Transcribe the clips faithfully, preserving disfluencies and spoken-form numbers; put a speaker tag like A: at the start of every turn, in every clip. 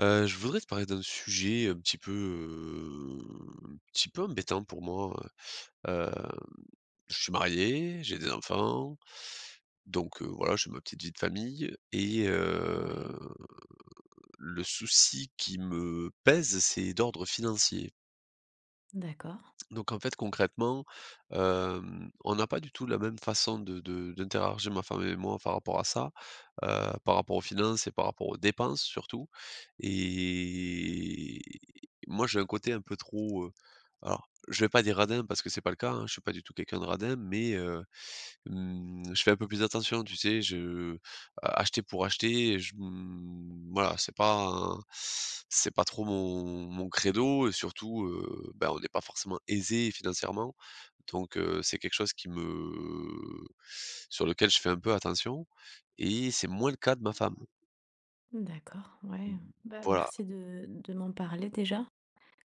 A: Heu, je voudrais te parler d'un sujet un petit peu, heu, un petit peu embêtant pour moi, heu. Je suis marié, j'ai des enfants, donc heu, voilà, j'ai ma petite vie de famille et heu,
B: Ouais,
A: le souci qui me pèse, c'est d'ordre financier.
B: d'accord,
A: Donc en fait, concrètement, hem, on n'a pas du tout la même façon de de d'interagir ma femme et moi par rapport à ça, heu, par rapport aux finances et par rapport aux dépenses surtout. Et moi, j'ai un côté un peu trop, heu, alors je vais pas dire radin parce que c'est pas le cas, hein, je suis pas du tout quelqu'un de radin, mais heu, mmh, je fais un peu plus attention, tu sais? Je a Acheter pour acheter, je mmh, voilà, c'est pas un c'est pas trop mon mon credo et surtout, heu, ben, on n'est pas forcément aisé financièrement, donc heu, c'est quelque chose qui me sur lequel je fais un peu attention et c'est moins le cas de ma femme.
B: d'accord, ouais.
A: Mmh,
B: Bah,
A: voilà,
B: merci de, de m'en parler déjà.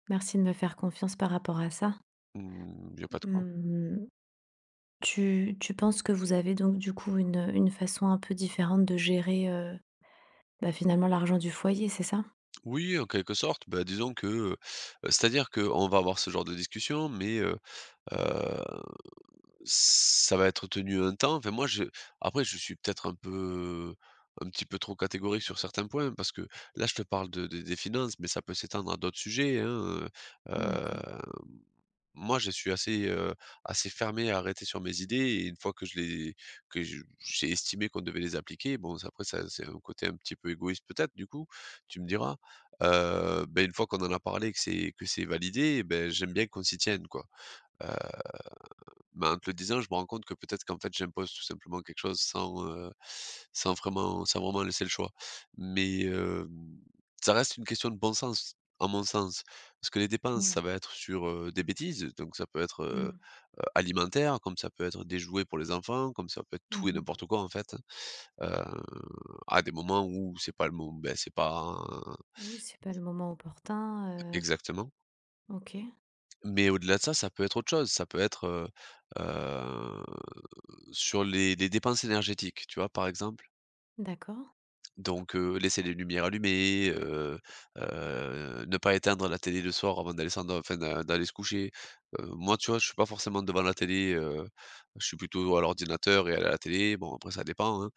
B: Merci de me faire confiance par rapport à ça.
A: mmh, il y a pas de quoi.
B: Hum, tu, tu penses que vous avez donc du coup une, une façon un peu différente de gérer euh, bah, finalement l'argent du foyer, c'est ça?
A: Oui, en quelque sorte, bah, disons que, heu, c'est-à-dire qu'on va avoir ce genre de discussion, mais heu heu, ça va être tenu un temps. Enfin moi je après je suis peut-être un peu un petit peu trop catégorique sur certains points parce que là je te parle de de des finances, mais ça peut s'étendre à d'autres sujets, hein, heu
B: D'accord,
A: Moi, je suis assez, heu, assez fermé, arrêté sur mes idées et une fois que je les que je j'ai estimé qu'on devait les appliquer, bon ça après ça c'est un côté un petit peu égoïste peut-être du coup, tu me diras, heu, beh, une fois qu'on en a parlé que c'est que c'est validé, ben j'aime bien qu'on s'y tienne quoi. Mais en te le disant, je me rends compte que peut-être qu'en fait, j'impose tout simplement quelque chose sans, heu, sans vraiment sans vraiment laisser le choix. Mais, hem, ça reste une question de bon sens, à mon sens. Parce que les dépenses, ça
B: ouais.
A: va être sur, heu, des bêtises, donc ça peut être, heu,
B: Hum,
A: heu, alimentaire, comme ça peut être des jouets pour les enfants, comme ça peut être tout et
B: mhm.
A: n'importe quoi en fait, hein, à des moments où c'est pas le mom ben c'est pas euh,
B: Oui, c'est pas le moment opportun. Euh,
A: exactement.
B: ok,
A: Mais au-delà de ça, ça peut être autre chose. Ça peut être, heu, heu, sur les les dépenses énergétiques, tu vois? Par exemple,
B: d'accord,
A: donc, heu, laisser les lumières allumées, heu heu, ne pas éteindre la télé le soir avant d'aller s'endor enfin d'a d'aller se coucher. Heu, moi, tu vois, je suis pas forcément devant la télé, heu, je suis plutôt à l'ordinateur et à la télé. Bon, après ça dépend, hein.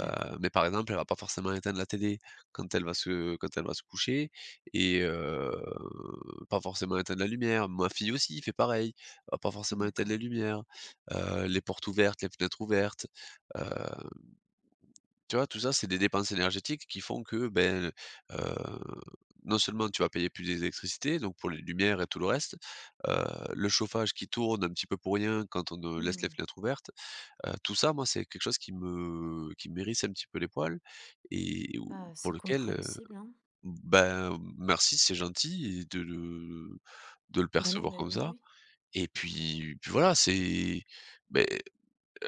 B: d'accord,
A: Mais par exemple, elle va pas forcément éteindre la télé quand elle va se quand elle va se coucher et heu, pas forcément éteindre la lumière. Ma fille aussi fait pareil, elle va pas forcément éteindre
B: d'accord.
A: les lumières, heu, les portes ouvertes, les fenêtres ouvertes, heu tu vois, tout ça, c'est des dépenses énergétiques qui font que, ben, heu, non seulement tu vas payer plus d'électricité, donc pour les lumières et tout le reste, heu, le chauffage qui tourne un petit peu pour rien quand on, heu, laisse les
B: Hum,
A: fenêtres ouvertes. Heu, tout ça, moi, c'est quelque chose qui me qui m'hérisse un petit peu les poils et ou
B: bah,
A: pour
B: c'est
A: lequel, heu,
B: compréhensible, hein.
A: ben, merci, c'est gentil et de le de le
B: Bah non,
A: percevoir
B: mais
A: comme
B: oui,
A: ça
B: oui.
A: et puis puis voilà, c'est ben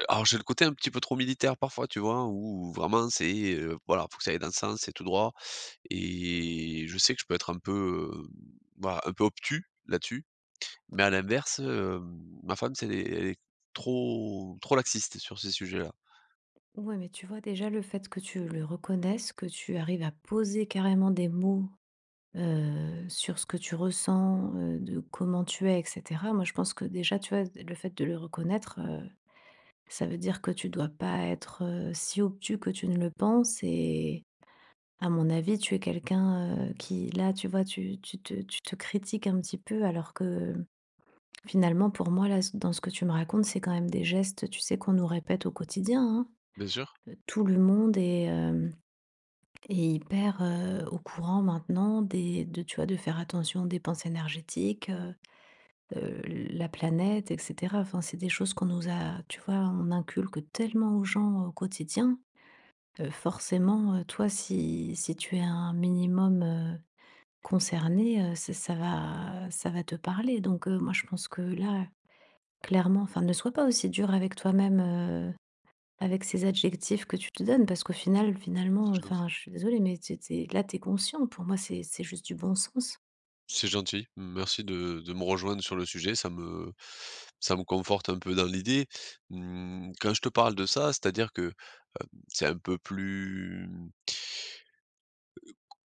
A: alors j'ai le côté un petit peu trop militaire parfois, tu vois? Où vraiment c'est, heu, voilà, faut que ça aille dans le sens, c'est tout droit et je sais que je peux être un peu, hem, voilà, un peu obtus là-dessus. Mais à l'inverse, hem, ma femme, c'est elle est elle est trop trop laxiste sur ces sujets-là.
B: Ouais, mais tu vois déjà le fait que tu le reconnaisses, que tu arrives à poser carrément des mots, heu, sur ce que tu ressens, heu, de comment tu es et cetera. Moi, je pense que déjà, tu vois, le fait de le reconnaître, heu, ça veut dire que tu dois pas être, heu, si obtus que tu ne le penses et à mon avis, tu es quelqu'un, heu, qui là, tu vois, tu tu te tu te critiques un petit peu alors que finalement pour moi là, dans ce que tu me racontes, c'est quand même des gestes, tu sais, qu'on nous répète au quotidien, hein.
A: Bien sûr,
B: Tout le monde est, et hyper, heu, au courant maintenant des de tu vois, de faire attention aux dépenses énergétiques, heu, heu, la planète et cetera. Enfin, c'est des choses qu'on nous a tu vois, on inculque tellement aux gens au quotidien, heu, forcément, heu, toi si si tu es un minimum, heu, concerné, heu, ça ça va ça va te parler donc heu, moi je pense que là, clairement enfin, ne sois pas aussi dur avec toi-même, avec ces adjectifs que tu te donnes, parce qu'au final, finalement,
A: c'est gentil.
B: enfin, je suis désolée, mais tu tu là, tu es conscient. Pour moi, c'est c'est juste du bon sens.
A: C'est gentil. Merci de de me rejoindre sur le sujet, ça me ça me conforte un peu dans l'idée. Mmh, quand je te parle de ça, c'est-à-dire que c'est un peu plus.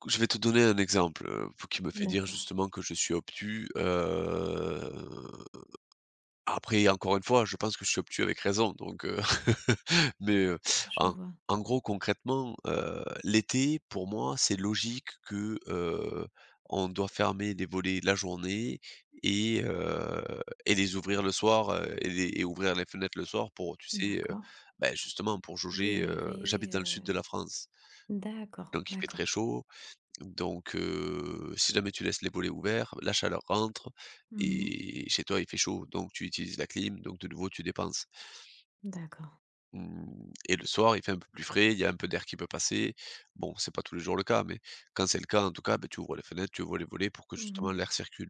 A: Je vais te donner un exemple, heu, qui me fait dire
B: D'accord,
A: justement que je suis obtus, heu, après encore une fois, je pense que je suis obtus avec raison donc heu, mais heu,
B: je
A: en
B: vois.
A: en gros concrètement, heu, l'été pour moi c'est logique que, heu, on doit fermer les volets la journée et heu et les ouvrir le soir, heu et les et ouvrir les fenêtres le soir pour, tu sais, heu,
B: D'accord.
A: bah, justement pour
B: Oui,
A: jauger, heu
B: aéré.
A: j'habite dans le
B: euh,
A: sud de la France,
B: D'accord,
A: donc il fait
B: d'accord.
A: très chaud. Donc, heu, si jamais tu laisses les volets ouverts, la chaleur rentre
B: Mhm.
A: et chez toi, il fait chaud, donc tu utilises la clim, donc de nouveau, tu dépenses.
B: D'accord.
A: Mmh, et le soir, il fait un peu plus frais, il y a un peu d'air qui peut passer. Bon, c'est pas tous les jours le cas, mais quand c'est le cas, en tout cas, beh, tu ouvres les fenêtres, tu ouvres les volets pour que justement
B: Mhm.
A: l'air circule.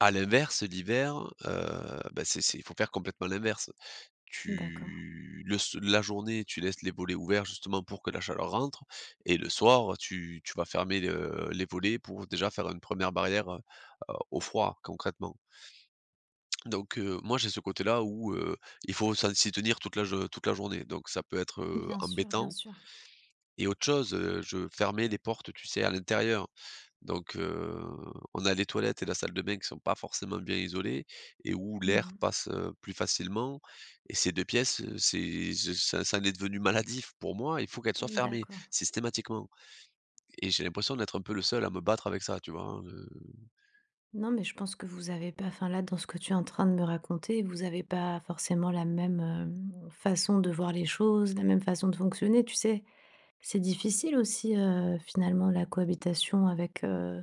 A: À l'inverse, l'hiver, heu, bah, c'est c'est il faut faire complètement l'inverse.
B: D'accord.
A: Tu le s La journée, tu laisses les volets ouverts justement pour que la chaleur rentre et le soir, tu tu vas fermer le les volets pour déjà faire une première barrière, heu, au froid concrètement. Donc heu, moi j'ai ce côté-là où, heu, il faut s'en s'y tenir toute la jo toute la journée, donc ça peut être, heu,
B: Bien sûr, bien
A: embêtant
B: sûr.
A: et autre chose, heu, je fermais les portes, tu sais, à l'intérieur. Donc, heu, on a les toilettes et la salle de bain qui sont pas forcément bien isolées et où l'air
B: Mhm.
A: passe, heu, plus facilement et ces deux pièces, heu, c'est je ça ça en est devenu maladif pour moi, il faut qu'elles soient fermées
B: D'accord.
A: systématiquement et j'ai l'impression d'être un peu le seul à me battre avec ça, tu vois? Heu
B: Non, mais je pense que vous avez pas, enfin là, dans ce que tu es en train de me raconter, vous n'avez pas forcément la même euh, façon de voir les choses, la même façon de fonctionner, tu sais. C'est difficile aussi, heu, finalement la cohabitation avec, heu,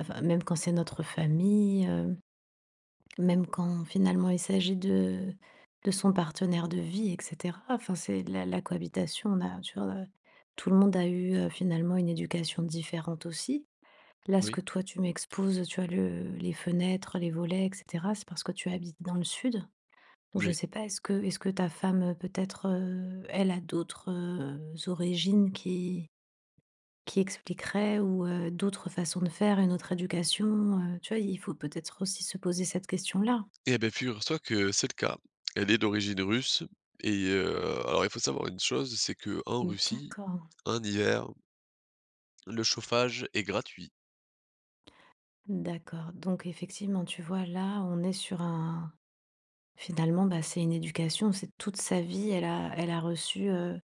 B: enfin même quand c'est notre famille, heu, même quand finalement il s'agit de de son partenaire de vie et cetera. Enfin c'est la la cohabitation, on a tu vois, heu, tout le monde a eu, heu, finalement une éducation différente aussi. Là, ce
A: Oui,
B: que toi tu m'exposes, tu as le les fenêtres, les volets et cetera, c'est parce que tu habites dans le sud? Ou je
A: oui.
B: sais pas, est-ce que est-ce que ta femme, heu, peut-être, heu, elle a d'autres, heu, origines qui qui expliquerait ou heu, d'autres façons de faire, une autre éducation, heu, tu vois? Il faut peut-être aussi se poser cette question-là.
A: Eh beh, figure-toi que c'est le cas. Elle est d'origine russe et heu, alors il faut savoir une chose, c'est que en Russie,
B: D'accord,
A: en hiver, le chauffage est gratuit.
B: d'accord. Donc effectivement, tu vois, là, on est sur un finalement, bah, c'est une éducation, c'est toute sa vie, elle a elle a reçu, heu,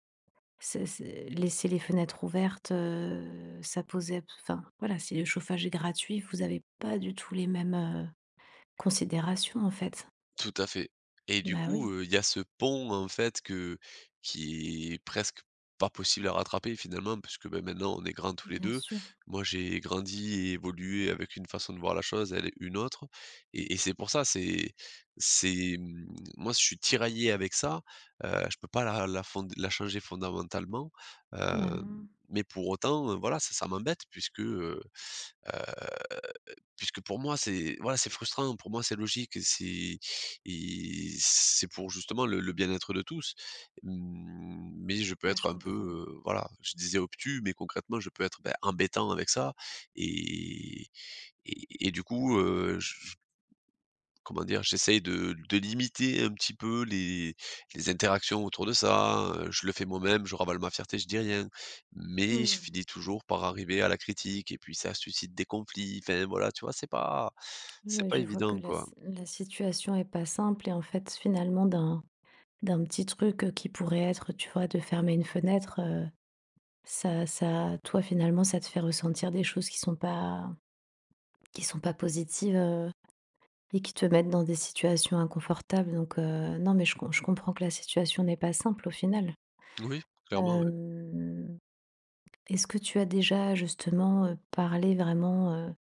B: c'est c'est laisser les fenêtres ouvertes, heu, ça posait enfin, voilà, si le chauffage est gratuit, vous avez pas du tout les mêmes, heu, considérations, en fait.
A: Tout à fait et du
B: Bah
A: coup,
B: oui,
A: heu, il y a ce pont en fait que qui est presque pas possible à rattraper finalement puisque, beh, maintenant on est grands tous les
B: bien
A: deux.
B: sûr.
A: Moi, j'ai grandi et évolué avec une façon de voir la chose, elle, est une autre et et c'est pour ça, c'est c'est, mmh, moi, je suis tiraillé avec ça, heu, je peux pas la la fond la changer fondamentalement,
B: Bah
A: hem,
B: non,
A: mais pour autant, heu, voilà, ça ça m'embête puisque, heu puisque pour moi, c'est voilà, c'est frustrant, pour moi, c'est logique, c'est et c'est pour justement le le bien-être de tous. Mmh, mais je peux
B: ouais, je
A: être un peu,
B: comprends.
A: heu, voilà, je disais obtus, mais concrètement, je peux être, bah, embêtant avec ça et et et du coup, heu, j comment dire? J'essaye de de limiter un petit peu les les interactions autour de ça, heu, je le fais moi-même, je ravale ma fierté, je dis rien, mais je
B: Mmh.
A: finis toujours par arriver à la critique et puis ça suscite des conflits, enfin voilà, tu vois? C'est pas c'est
B: Oui,
A: pas
B: je vois que
A: évident,
B: la
A: quoi.
B: s la situation est pas simple et en fait, finalement, d'un d'un petit truc, heu, qui pourrait être, tu vois, de fermer une fenêtre, heu, ça ça toi, finalement, ça te fait ressentir des choses qui sont pas qui sont pas positives, heu et qui te mettent dans des situations inconfortables donc heu, non, mais je com je comprends que la situation n'est pas simple, au final.
A: Oui, clairement, oui.
B: Hem, est-ce que tu as déjà, justement, heu, parlé vraiment,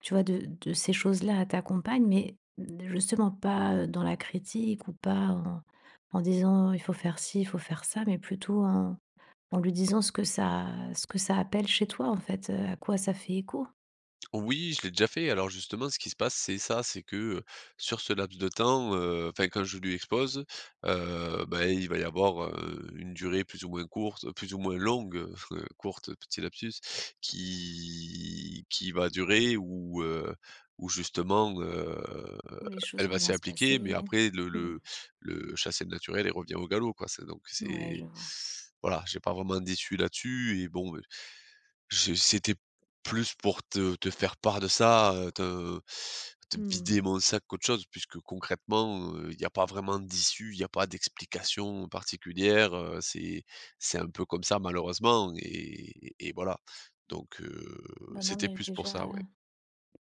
B: tu vois, de de ces choses-là à ta compagne, mais justement pas, dans la critique ou pas en en disant: «Il faut faire ci, il faut faire ça», mais plutôt en en lui disant ce que ça ce que ça appelle chez toi, en fait, heu, à quoi ça fait écho?
A: Oui, je l'ai déjà fait. Alors justement, ce qui se passe, c'est ça, c'est que euh, sur ce laps de temps, euh, enfin quand je lui expose, euh, ben, il va y avoir euh, une durée plus ou moins courte, plus ou moins longue, euh, courte, petit lapsus, qui, qui va durer ou euh, ou justement euh,
B: Où les choses
A: elle
B: vont
A: va
B: bien
A: s'y
B: se
A: appliquer, mais
B: passer.
A: après le,
B: Mmh.
A: le, le chassé naturel, il revient au galop, quoi. C'est, donc
B: Ouais,
A: c'est
B: je vois.
A: voilà, j'ai pas vraiment déçu là-dessus et bon, je c'était plus pour te te faire part de ça, heu, te te
B: Mmh.
A: vider mon sac qu'autre chose puisque concrètement, il y a pas vraiment d'issue, il y a pas d'explication particulière, heu, c'est c'est un peu comme ça malheureusement et et voilà. Donc heu,
B: Bah, non,
A: c'était
B: mais
A: plus pour
B: déjà,
A: ça, ouais.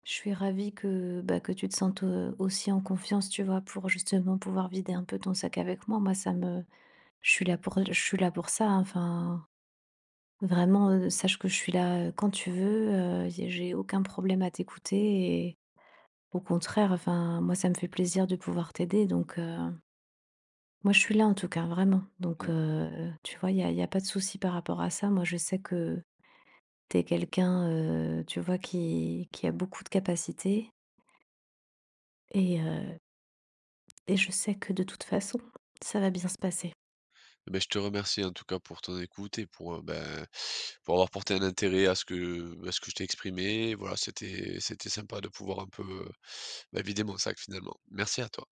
B: je suis ravie que, bah, que tu te sentes, heu, aussi en confiance, tu vois, pour justement pouvoir vider un peu ton sac avec moi. Moi, ça me je suis là pour je suis là pour ça, hein, enfin vraiment, heu, sache que je suis là, heu, quand tu veux, heu, j'ai j'ai aucun problème à t'écouter et au contraire, enfin, moi, ça me fait plaisir de pouvoir t'aider donc, heu, moi, je suis là, en tout cas, vraiment donc,
A: Mmh.
B: heu, tu vois, il y a y a pas de souci par rapport à ça. Moi, je sais que tu es quelqu'un, heu, tu vois, qui qui a beaucoup de capacités et heu et je sais que de toute façon, ça va bien se passer.
A: Beh, je te remercie en tout cas pour ton écoute et pour, heu, ben, pour avoir porté un intérêt à ce que à ce que je t'ai exprimé. Voilà, c'était c'était sympa de pouvoir un peu, heu, bah, vider mon sac finalement. Merci à toi.